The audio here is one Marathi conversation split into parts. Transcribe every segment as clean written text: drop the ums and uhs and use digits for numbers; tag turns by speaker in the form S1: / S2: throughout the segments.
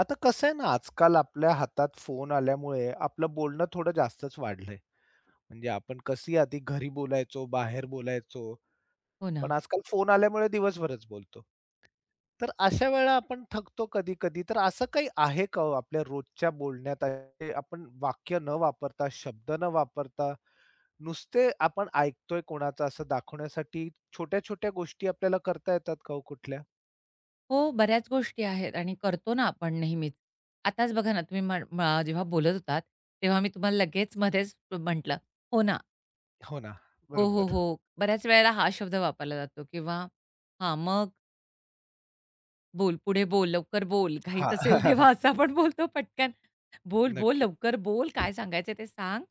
S1: आता कसं आहे ना, आजकाल आपल्या हातात फोन आल्यामुळे आपलं बोलणं थोडं जास्तच वाढलंय. म्हणजे आपण कशी आधी घरी बोलायचो, बाहेर बोलायचो,
S2: हो ना.
S1: पण आजकाल फोन आल्यामुळे दिवसभरच बोलतो. तर अशा वेळेला आपण थकतो कधी-कधी. तर असं काही आहे का हो आपल्या रोजच्या बोलण्यात आहे आपण वाक्य न वापरता, शब्द न वापरता, नुसते आपण ऐकतोय कोणाचं असं दाखवण्यासाठी छोट्या-छोट्या गोष्टी आपल्याला करता येतात का हो कुठल्या?
S2: हो, बऱ्याच गोष्टी आहेत आणि करतो ना आपण नेहमीच. आताच बघा ना, तुम्ही म्हण जेव्हा बोलत होतात, तेव्हा मी तुम्हाला लगेच मध्येच म्हटलं, "हो ना.
S1: हो ना.
S2: हो, हो,
S1: बरोबर.
S2: हो." बऱ्याच वेळेला हा शब्द वापरला जातो किंवा हां, मग बोल, पुढे बोल, लवकर बोल, घाईत
S1: हां.
S2: असेल तेव्हा असं आपण बोलतो पटकन. बोल, बोल,
S1: नक्की.
S2: लवकर बोल, काय सांगायचंय ते सांग.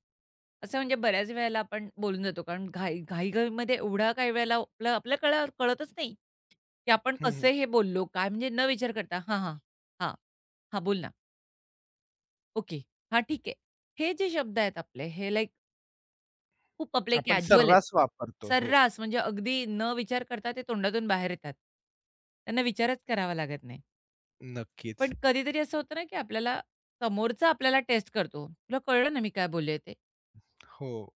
S2: असं म्हणजे बऱ्याच वेळेला आपण बोलून जातो. कारण घाई घाईघाईमध्ये एवढा काही वेळेला आपलं आपल्याला कळतच नाही, की आपण कसे हे बोललो, काय म्हणजे न विचार करता हां, हां, हां, हां, बोल ना. ओके. हां, ठीक आहे. हे जे शब्द आहेत आपले, हे लाइक खूप आपले
S1: आपण
S2: कॅज्युअल आहेत.
S1: सर्रास वापरतो. हो,
S2: सर्रास म्हणजे अगदी न विचार करता ते तोंडातून बाहेर येतात. त्यांना विचारच करावा लागत नाही.
S1: नक्कीच.
S2: पण कधीतरी असं होतं ना, की आपल्याला समोरचा आपल्याला टेस्ट करतो. तुला कळलं ना मी काय बोलले ते?
S1: हो,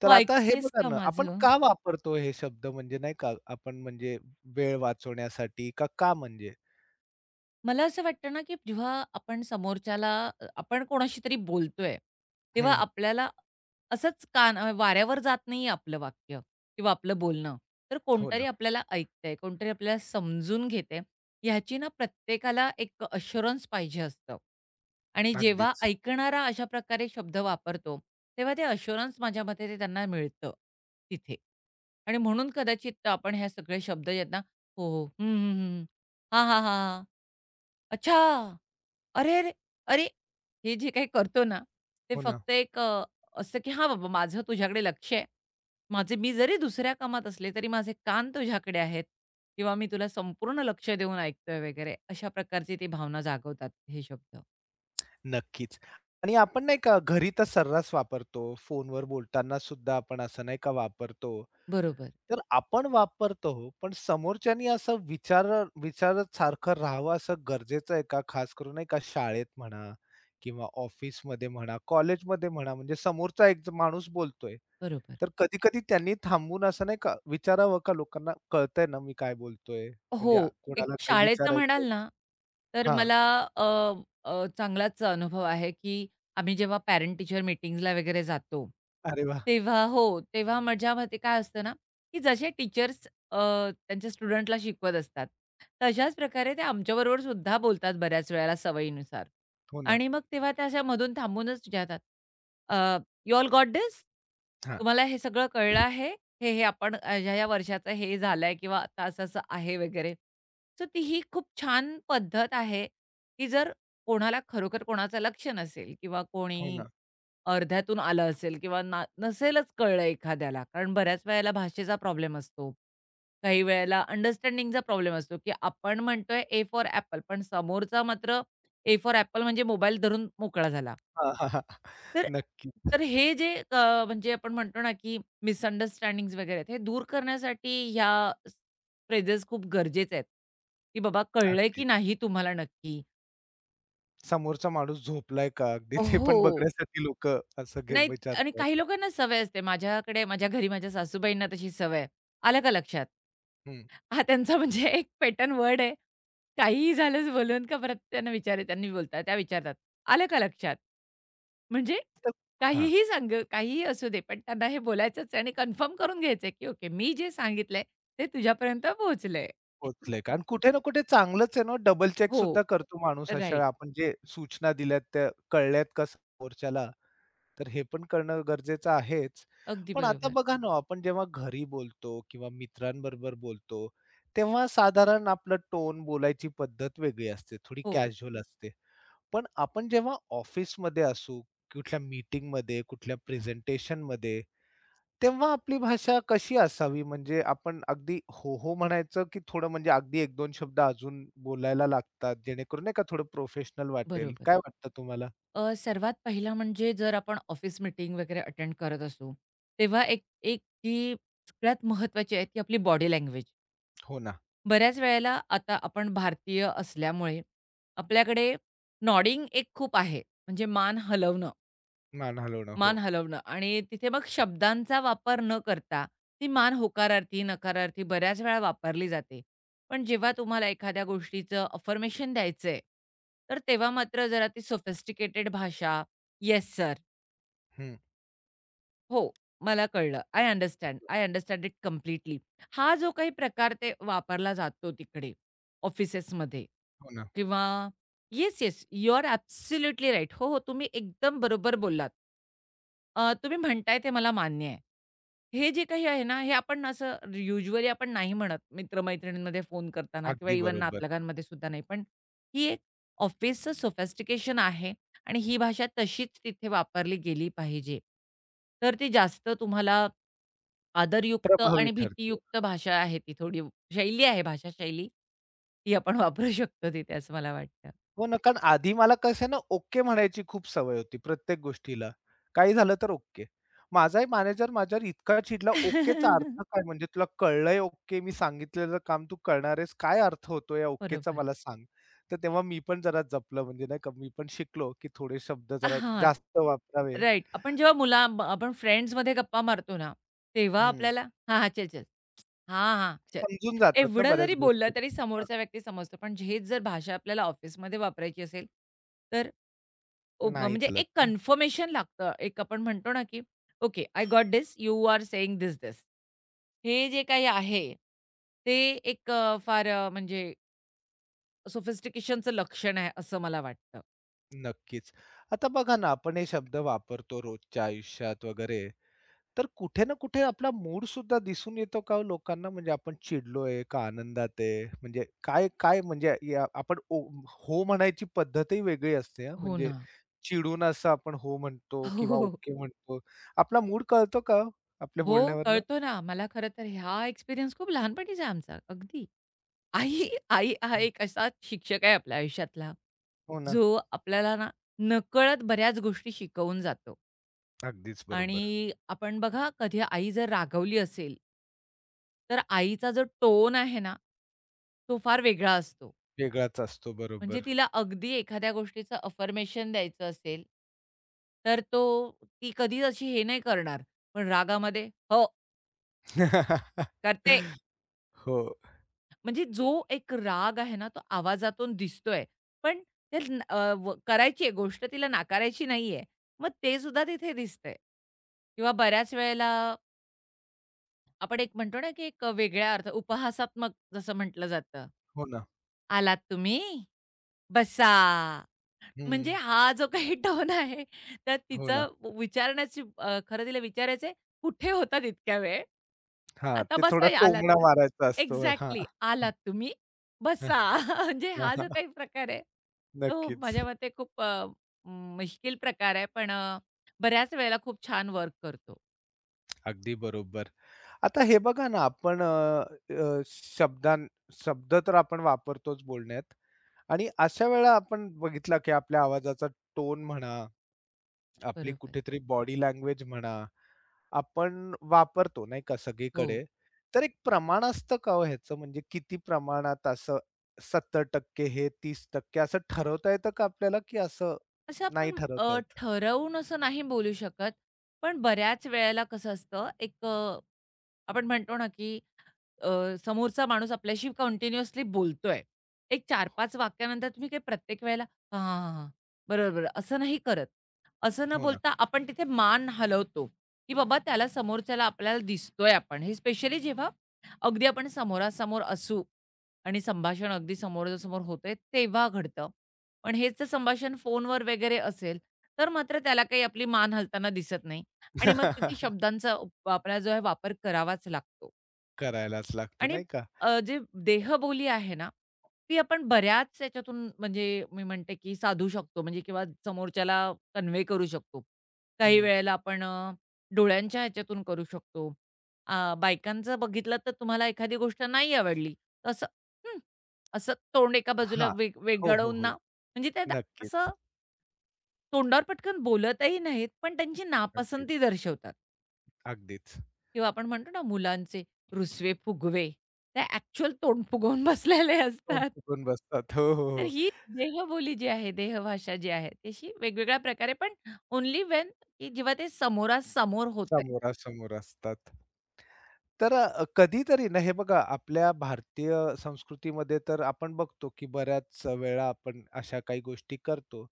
S1: तर
S2: तू
S1: आता हे
S2: ऐकतेस
S1: बघा
S2: का
S1: ना, आपण
S2: माझं?
S1: का वापरतो हे शब्द म्हणजे नाही का आपण म्हणजे वेळ वाचवण्यासाठी का का म्हणजे?
S2: मला असं वाटतं ना, की जेव्हा आपण समोरच्याला आपण कोणाशी तरी बोलतोय,
S1: हं,
S2: तेव्हा
S1: हं.
S2: आपल्याला असंच कान वाऱ्यावर जात नाही आपलं वाक्य किंवा आपलं बोलणं. तर
S1: हो ना,
S2: कोणतरी आपल्याला ऐकतंय, कोणतरी आपल्याला समजून घेतंय, ह्याची ना प्रत्येकाला एक अश्युरन्स पाहिजे असतं. आणि जेव्हा
S1: अगदीच.
S2: ऐकणारा अशा प्रकारे शब्द वापरतो, तेव्हा ते अश्युरन्स माझ्या मते ते त्यांना मिळतं तिथे. आणि म्हणून कदाचित आपण हे सगळे शब्द आहेत ना, "हो, हो. हं, हं, हं. हां, हां, हां, हां." अच्छा! अरे, अरे! अरे! हे जे काही करतो ना, ते
S1: हो ना,
S2: फक्त एक असं की "हां बाबा, माझं तुझ्याकडे लक्ष आहे. माझे मी जरी दुसऱ्या कामात असले, तरी माझे कान तुझ्याकडे आहेत किंवा मी तुला संपूर्ण लक्ष देऊन ऐकतोय" वगैरे अशा प्रकारची ती भावना जागवतात हे शब्द.
S1: नक्कीच. आणि आपण नाही का घरी तर सर्रास वापरतो. फोनवर बोलताना सुद्धा आपण असं नाही का वापरतो.
S2: बरोबर,
S1: तर आपण वापरतो हो, पण समोरच्यानी असं विचारत सारखं राहावं असं गरजेचं आहे का? खास करून नाही का शाळेत म्हणा किंवा ऑफिसमध्ये म्हणा, कॉलेजमध्ये म्हणा, म्हणजे समोरचा एक माणूस बोलतोय.
S2: बरोबर.
S1: तर कधी-कधी त्यांनी थांबून असं नाही का विचारावं का लोकांना कळतंय ना मी काय बोलतोय? म्हणजे
S2: हो. एक
S1: कोणाला काही
S2: शाळेचं
S1: विचारायचं
S2: म्हणाल ना, तर
S1: हां.
S2: मला अ, अ, चांगलाच अनुभव आहे, की आम्ही जेव्हा पॅरेंट टीचर मीटिंग्जला वगैरे जातो,
S1: अरे वाह!
S2: तेव्हा हो, तेव्हा माझ्या मते काय असतं ना, की जसे टीचर्स त्यांच्या स्टुडंटला शिकवत असतात, तशाच प्रकारे ते आमच्याबरोबर सुद्धा बोलतात बऱ्याच वेळेला सवयीनुसार.
S1: हो ना.
S2: आणि मग तेव्हा त्या अशा मधून थांबूनच विचारतात, "यू ऑल गॉट धिस?
S1: हां.
S2: तुम्हाला हे सगळं कळलं आहे?" हे, हे आपण ह्या-ह्या वर्षाचं हे झालंय किंवा आता असं-असं आहे वगैरे. सो ती ही खूप छान पद्धत आहे, की जर कोणाला खरोखर कोणाचं लक्ष नसेल किंवा
S1: हो
S2: कोणी
S1: ना.
S2: अर्ध्यातून आलं असेल किंवा नसेलच कळलं एखाद्याला. कारण बऱ्याच वेळेला भाषेचा प्रॉब्लेम असतो. काही वेळेला अंडरस्टँडिंगचा प्रॉब्लेम असतो, की आपण म्हणतोय ए फॉर ॲपल, पण समोरचा मात्र ए फॉर ॲपल म्हणजे मोबाईल धरून मोकळा झाला.
S1: हां, हां, हां.
S2: तर
S1: नक्कीच.
S2: तर हे जे म्हणजे आपण म्हणतो ना, की मिसअंडरस्टँडिंग्स वगैरे आहेत, हे दूर करण्यासाठी ह्या फ्रेजेस खूप गरजेच्या आहेत, की बाबा कळलंय की
S1: अगदीच.
S2: नाही तुम्हाला नक्की?
S1: समोरचा माणूस झोपलाय का? अगदी ते
S2: हो.
S1: पण बघण्यासाठी लोकं असं घे
S2: नाही आणि काही
S1: विचारतात.
S2: लोकांना सवय असते. माझ्याकडे माझ्या घरी माझ्या सासूबाईंना तशी सवय आहे. आलं का लक्षात? हा त्यांचा म्हणजे एक पॅटर्न वर्ड आहे. काहीही झालंच बोलून का परत त्यांना विचार त्यांनी बोलतात त्या विचारतात, "आलं का लक्षात?" म्हणजे
S1: तर हां.
S2: काहीही सांग काहीही असू दे, पण त्यांना हे बोलायचंच आहे आणि कन्फर्म करून घ्यायचंय, की ओके मी जे सांगितलंय ते तुझ्यापर्यंत पोहोचलंय.
S1: पोहोचलंय का? आणि कुठे ना कुठे चांगलंच आहे ना, डबल चेक
S2: हो.
S1: सुद्धा करतो माणूस अशा वेळी.
S2: राइट.
S1: आपण जे सूचना दिल्यात त्या कळल्यात का समोरच्याला, तर हे पण करणं गरजेचं आहेच.
S2: अगदी
S1: पण आता
S2: बरोबर.
S1: बघा ना, आपण जेव्हा घरी बोलतो किंवा मित्रांबरोबर बोलतो, तेव्हा साधारण आपलं टोन, बोलायची पद्धत वेगळी असते, थोडी
S2: हो,
S1: कॅज्युअल असते. पण आपण जेव्हा ऑफिसमध्ये असू, कुठल्या मीटिंगमध्ये, कुठल्या प्रेझेंटेशनमध्ये तेव्हा आपली भाषा कशी असावी? म्हणजे आपण अगदी हो, हो म्हणायचं, की थोडं म्हणजे अगदी एक दोन शब्द अजून बोलायला लागतात, जेणेकरून नाही का थोडं प्रोफेशनल वाटेल.
S2: बरोबर.
S1: काय वाटतं तुम्हाला?
S2: सर्वात पहिला म्हणजे जर आपण ऑफिस मीटिंग वगैरे अटेंड करत असू, तेव्हा एक एक जी सगळ्यात महत्त्वाची आहे ती आपली बॉडी लँग्वेज.
S1: हो ना.
S2: बऱ्याच वेळेला आता आपण भारतीय असल्यामुळे आपल्याकडे नॉडिंग एक खूप आहे. म्हणजे मान हलवणं,
S1: मान हलवणं. हो.
S2: आणि तिथे मग शब्दांचा वापर न करता ती मान होकारार्थी, नकारार्थी बऱ्याच वेळा वापरली जाते. पण जेव्हा तुम्हाला एखाद्या गोष्टीचं अफर्मेशन द्यायचंय, तर तेव्हा मात्र जरा ती सोफिस्टिकेटेड भाषा, "येस सर."
S1: हं.
S2: हो, मला कळलं. I understand. I understand it completely. हा जो काही प्रकार ते वापरला जातो तिकडे ऑफिसेसमध्ये
S1: हो ना.
S2: किंवा yes, yes. You are absolutely right. हो, हो. तुम्ही एकदम बरोबर बोललात. तुम्ही म्हणताय ते मला मान्य आहे. हे जे काही आहे ना, हे आपण असं युजुअली आपण नाही म्हणत मित्र फोन करताना किंवा
S1: अगदी
S2: इव्हन
S1: बरोबर.
S2: नातलगांमध्ये सुद्धा नाही. पण ही एक ऑफिसचं सोफिस्टिकेशन आहे. आणि ही भाषा तशीच तिथे वापरली गेली पाहिजे. तर ती जास्त तुम्हाला आदरयुक्त
S1: प्रभावी
S2: आणि
S1: ठरते.
S2: भीतीयुक्त भाषा आहे ती थोडी शैली आहे, भाषा शैली ती आपण वापरू शकतो तिथे असं मला वाटतं.
S1: हो ना, कारण आधी मला कसं आहे ना, ओके म्हणायची खूप सवय होती प्रत्येक गोष्टीला. काही झालं तर ओके. माझाही मॅनेजर माझ्यावर इतका चिडला, ओकेचा अर्थ काय? म्हणजे तुला कळलंय ओके, मी सांगितलेलं काम तू करणार आहेस. काय अर्थ होतो या ओकेचा
S2: बरोबर.
S1: मला सांग. तर तेव्हा मी पण जरा जपलं म्हणजे नाही का, मी पण शिकलो, की थोडे शब्द जरा
S2: हां.
S1: जास्त वापरावे.
S2: राइट. आपण जेव्हा मुला ब आपण फ्रेंड्समध्ये गप्पा मारतो ना, तेव्हा
S1: हं.
S2: आपल्याला "हां, हां. चल, चल. हां, हां. चल."
S1: समजून जातात ना
S2: एवढं
S1: बऱ्याच
S2: जरी बोललं
S1: गोष्टी.
S2: तरी
S1: हां.
S2: समोरचा व्यक्ती समजतो. पण हेच जर भाषा आपल्याला ऑफिसमध्ये वापरायची असेल, तर ओ
S1: नाही
S2: म्हणजे
S1: चालत
S2: एक
S1: ना.
S2: कन्फर्मेशन लागतं. एक आपण म्हणतो ना, की "okay, I got this. You are saying this, this." हे जे काही आहे, ते एक म्हणजे सोफिस्टिकेशनचं लक्षण आहे असं मला वाटतं.
S1: नक्कीच. आता बघा ना, आपण हे शब्द वापरतो रोजच्या आयुष्यात वगैरे. तर कुठे ना कुठे आपला मूड सुद्धा दिसून येतो का हो लोकांना? म्हणजे आपण चिडलोय का आनंदात आहे? म्हणजे काय काय म्हणजे या आपण हो म्हणायची पद्धतही वेगळी असते हां.
S2: हो
S1: म्हणजे
S2: ना.
S1: चिडून असं आपण हो म्हणतो किंवा ओके म्हणतो. आपला मूड कळतो का हो आपल्या
S2: हो,
S1: बोलण्यावरनं?
S2: कळतो ना. मला खरं तर हा एक्सपिरियन्स खूप लहानपणीचा आहे आमचा, अगदी. आई आई हा
S1: हं.
S2: एक असा शिक्षक आहे आपल्या आयुष्यातला,
S1: हो ना.
S2: जो आपल्याला ना नकळत बऱ्याच गोष्टी शिकवून जातो
S1: अगदीच बरोबर.
S2: आणि आपण बघा कधी आई जर रागवली असेल तर आईचा जो टोन आहे ना, तो फार वेगळा असतो.
S1: वेगळाच असतो
S2: म्हणजे
S1: बरोबर.
S2: तिला अगदी एखाद्या गोष्टीचं अफर्मेशन द्यायचं असेल, तर तो ती कधीच अशी हे नाही करणार. पण रागामध्ये "हो, करते."
S1: हो.
S2: म्हणजे जो एक राग आहे ना, तो आवाजातून दिसतोय. पण ते न अ, व करायची आहे गोष्ट, तिला नाकारायची नाहीये. मग ते सुद्धा तिथे दिसतंय किंवा बऱ्याच वेळेला आपण एक म्हणतो ना, की एक वेगळ्या अर्थ उपहासात्मक जसं म्हटलं जातं.
S1: हो ना.
S2: "आलात तुम्ही?" बसा. म्हणजे
S1: हं.
S2: हा जो काही टोन आहे, त्यात
S1: हो ना.
S2: तिचं विचारण्याची खरं तिला विचारायचंय, "कुठे होतात इतक्या वेळ?
S1: हां,
S2: आता
S1: ते थोडा
S2: बसा आलात
S1: टोमणा
S2: तर."
S1: मारायचा असतो. हां.
S2: एक्झॅक्टली. "आलात तुम्ही? बसा." म्हणजे हा जो काही प्रकार आहे, तो
S1: नक्कीच.
S2: माझ्या मते खूप मुश्किल प्रकार आहे, पण बऱ्याच वेळेला खूप छान वर्क करतो.
S1: अगदी बरोबर. आता हे बघा ना, आपण अ, अ, शब्दां शब्द तर आपण वापरतोच बोलण्यात आणि अशा वेळा आपण बघितला, की आपल्या आवाजाचा टोन म्हणा, आपली
S2: बरोबर.
S1: कुठेतरी बॉडी लँग्वेज म्हणा, आपण वापरतो नाही का
S2: हो.
S1: सगळीकडे. तर एक प्रमाण असतं का हो ह्याचं? म्हणजे किती प्रमाणात असं 70% हे, 30% असं ठरवता येतं का आपल्याला, की असं
S2: असं
S1: नाही
S2: आपण
S1: ठरवता येत?
S2: ठरवून असं नाही बोलू शकत, पण बऱ्याच वेळेला कसं असतं, आपण म्हणतो ना, की समोरचा माणूस आपल्याशी कंटिन्युअसली बोलतोय. एक 4-5 वाक्यानंतर तुम्ही काही प्रत्येक वेळेला "हां, हां, हां, हां. बरोबर, बरोबर." असं नाही करत. असं न
S1: हो ना.
S2: बोलता आपण तिथे मान हलवतो, की बाबा त्याला समोरच्याला आपल्याला दिसतोय आपण. हे स्पेशली जेव्हा अगदी आपण समोरासमोर असू आणि संभाषण अगदी समोरासमोर होतंय तेव्हा घडतं. पण हेच जर संभाषण फोनवर वगैरे असेल, तर मात्र त्याला काही आपली मान हलताना दिसत नाही आणि मग किती शब्दांचा आपल्याला जो आहे वापर करावाच लागतो.
S1: करायलाच लागतं
S2: आणि
S1: नाही का?
S2: जे देहबोली आहे ना, ती आपण बऱ्याच याच्यातून म्हणजे मी म्हणते, की साधू शकतो म्हणजे किंवा समोरच्याला कन्व्हे करू शकतो. काही
S1: हं.
S2: वेळेला आपण डोळ्यांच्या ह्याच्यातून करू शकतो. बायकांचं बघितलं तर तुम्हाला एखादी गोष्ट नाही आवडली, तर असं "हं" असं तोंड एका बाजूला
S1: हां. हो, हो,
S2: वेगाळून ना
S1: हो.
S2: म्हणजे असं
S1: नक्कीच.
S2: तोंडावर पटकन बोलतही नाहीत, पण त्यांची
S1: अगदी.
S2: नापसंती दर्शवतात.
S1: अगदीच.
S2: किंवा आपण म्हणतो ना मुलांचे रुसवे-फुगवे, ते ॲक्चुअल तोंड फुगवून बसलेले
S1: तोंड
S2: असतात.
S1: फुगवून बसतात. हो, हो,
S2: तर
S1: हो.
S2: ही देहबोली जी आहे, देहभाषा जी आहे, तशी वेगवेगळ्या प्रकारे पण ओन्ली व्हेन की जेव्हा ते समोरासमोर होतंय.
S1: समोरासमोर असतात. तर कधीतरी ना हे बघा आपल्या भारतीय संस्कृतीमध्ये तर आपण बघतो, की बऱ्याच वेळा आपण अशा काही गोष्टी करतो.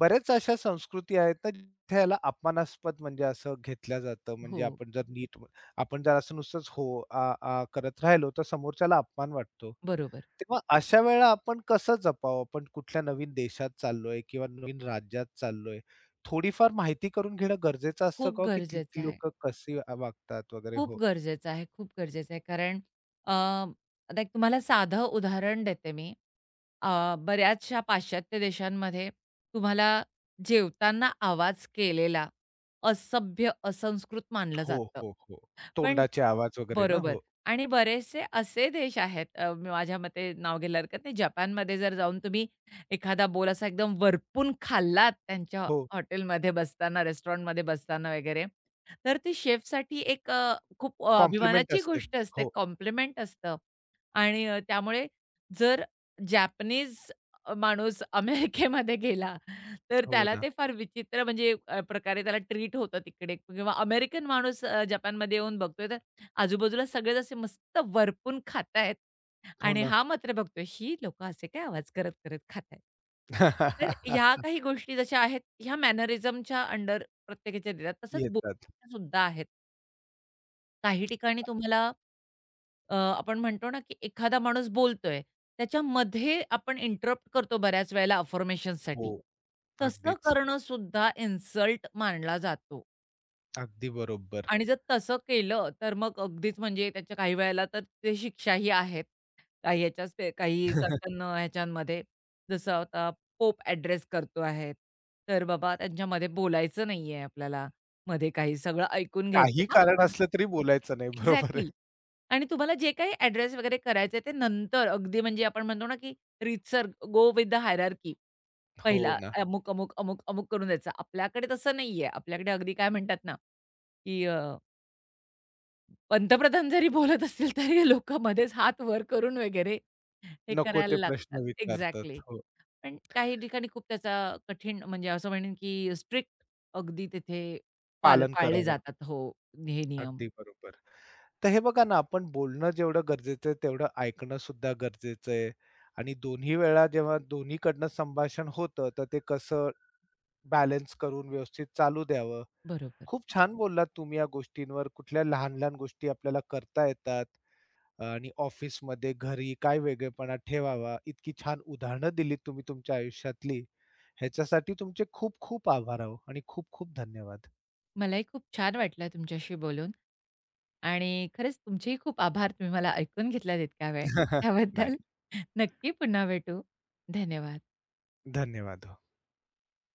S1: बऱ्याच अशा संस्कृती आहेत ना, जिथे याला अपमानास्पद म्हणजे असं घेतलं जातं. म्हणजे
S2: हो,
S1: आपण जर नीट आपण जर असं नुसतंच हो, आ, आ करत राहिलो, तर समोरच्याला अपमान वाटतो.
S2: बरोबर.
S1: तेव्हा अशा वेळेला आपण कसं जपावं? आपण कुठल्या नवीन देशात चाललोय किंवा नवीन राज्यात चाललोय. थोडीफार माहिती करून घेणं गरजेचं असतं
S2: खूप
S1: का हो, की
S2: गरजेचं
S1: तिथली
S2: आहे.
S1: लोकं कशी वागतात वगैरे?
S2: खूप
S1: हो.
S2: गरजेचं आहे, खूप गरजेचं आहे. कारण आता एक तुम्हाला साधं उदाहरण देते मी. बऱ्याचशा पाश्चात्य देशांमध्ये तुम्हाला जेवताना आवाज केलेला असभ्य, असंस्कृत मानलं
S1: हो,
S2: जातं.
S1: हो, हो.
S2: पण
S1: तोंडाचे आवाज वगैरे ना?
S2: बरोबर.
S1: हो.
S2: आणि बरेचसे असे देश आहेत माझ्या मते नाव घेतलं हरकत नाही. जपानमध्ये जर जाऊन तुम्ही एखादा बोल असा एकदम वरपून खाल्लात त्यांच्या
S1: हो.
S2: हॉटेलमध्ये बसताना, रेस्टॉरंटमध्ये बसताना वगैरे, तर ती शेफसाठी एक अ, खूप अ,
S1: कॉम्प्लिमेंट
S2: अभिमानाची
S1: असते.
S2: गोष्ट असते,
S1: हो.
S2: कॉम्प्लिमेंट असतं. आणि त्यामुळे जर जॅपनीज माणूस अमेरिकेमध्ये गेला, तर
S1: हो
S2: त्याला
S1: ना.
S2: ते फार विचित्र म्हणजे प्रकारे त्याला ट्रीट होतं तिकडे किंवा अमेरिकन माणूस जपानमध्ये येऊन बघतोय, तर आजूबाजूला सगळेच असे मस्त वरपून खातायत
S1: हो
S2: आणि
S1: ना.
S2: हा मात्र बघतोय, ही लोकं असे काय आवाज करत, करत खातायत. तर ह्या काही गोष्टी जशा आहेत, ह्या मॅनरिझमच्या अंडर प्रत्येकाच्या येतात. तसंच
S1: येतात.
S2: बोलण्याच्या सुद्धा आहेत. काही ठिकाणी तुम्हाला आपण म्हणतो ना, की एखादा माणूस बोलतोय, त्याच्यामध्ये आपण इंटरप्ट करतो बऱ्याच वेळेला
S1: हो.
S2: अफर्मेशनसाठी. तसं
S1: अगदीच.
S2: करणं सुद्धा इन्सल्ट मानला जातो
S1: अगदी बरोबर.
S2: आणि जर तसं केलं, तर मग अगदीच म्हणजे त्याच्या काही वेळेला तर ते शिक्षाही आहेत. काही ह्याच्याच पे काही सर्टन ह्याच्यामध्ये जसं आता पोप ॲड्रेस करतो आहे. तर बाबा त्यांच्यामध्ये बोलायचं नाहीये आपल्याला. मध्ये काही सगळं ऐकून घ्यायचं
S1: काही
S2: मग
S1: कारण असलं तरी बोलायचं नाही. बरोबर आहे.
S2: एक्झॅक्टली आणि तुम्हाला जे काही ॲड्रेस वगैरे करायचे ते नंतर अगदी म्हणजे आपण म्हणतो ना, की रीतसर गो विथ द हायरार्की.
S1: हो
S2: पहिला
S1: ना.
S2: अमुक, अमुक, अमुक, अमुक करून द्यायचं. आपल्याकडे तसं नाहीये. आपल्याकडे अगदी काय म्हणतात ना, की पंतप्रधान जरी बोलत असतील, तरी हे लोकं मध्येच हात वर करून वगैरे हे
S1: नको ते
S2: करायला लागतात.
S1: प्रश्न विचारतात.
S2: एक्झॅक्टली.
S1: हो.
S2: पण काही ठिकाणी खूप त्याचा कठीण म्हणजे असं म्हणेन, की स्ट्रिक्ट अगदी तिथे
S1: पालन
S2: पाळले
S1: करावं.
S2: जातात. हो, हे नियम.
S1: अगदी बरोबर. तर हे बघा ना, आपण बोलणं जेवढं गरजेचं आहे, तेवढं ऐकणं सुद्धा गरजेचं आहे आणि दोन्ही वेळा जेव्हा दोन्हीकडनं संभाषण होतं, तर ते कसं बॅलन्स करून व्यवस्थित चालू द्यावं.
S2: बरोबर.
S1: खूप छान बोललात तुम्ही या गोष्टींवर. कुठल्या लहान-लहान गोष्टी आपल्याला करता येतात आणि ऑफिसमध्ये, घरी काय वेगळेपणा ठेवावा, इतकी छान उदाहरणं दिलीत तुम्ही तुमच्या आयुष्यातली. ह्याच्यासाठी तुमचे खूप खूप आभार अहो आणि खूप खूप धन्यवाद.
S2: मलाही खूप छान वाटलं तुमच्याशी बोलून आणि खरंच तुमचेही खूप आभार. तुम्ही मला ऐकून घेतलात इतका वेळ.
S1: नाही,
S2: त्याबद्दल नक्की पुन्हा भेटू. धन्यवाद.
S1: धन्यवाद हो.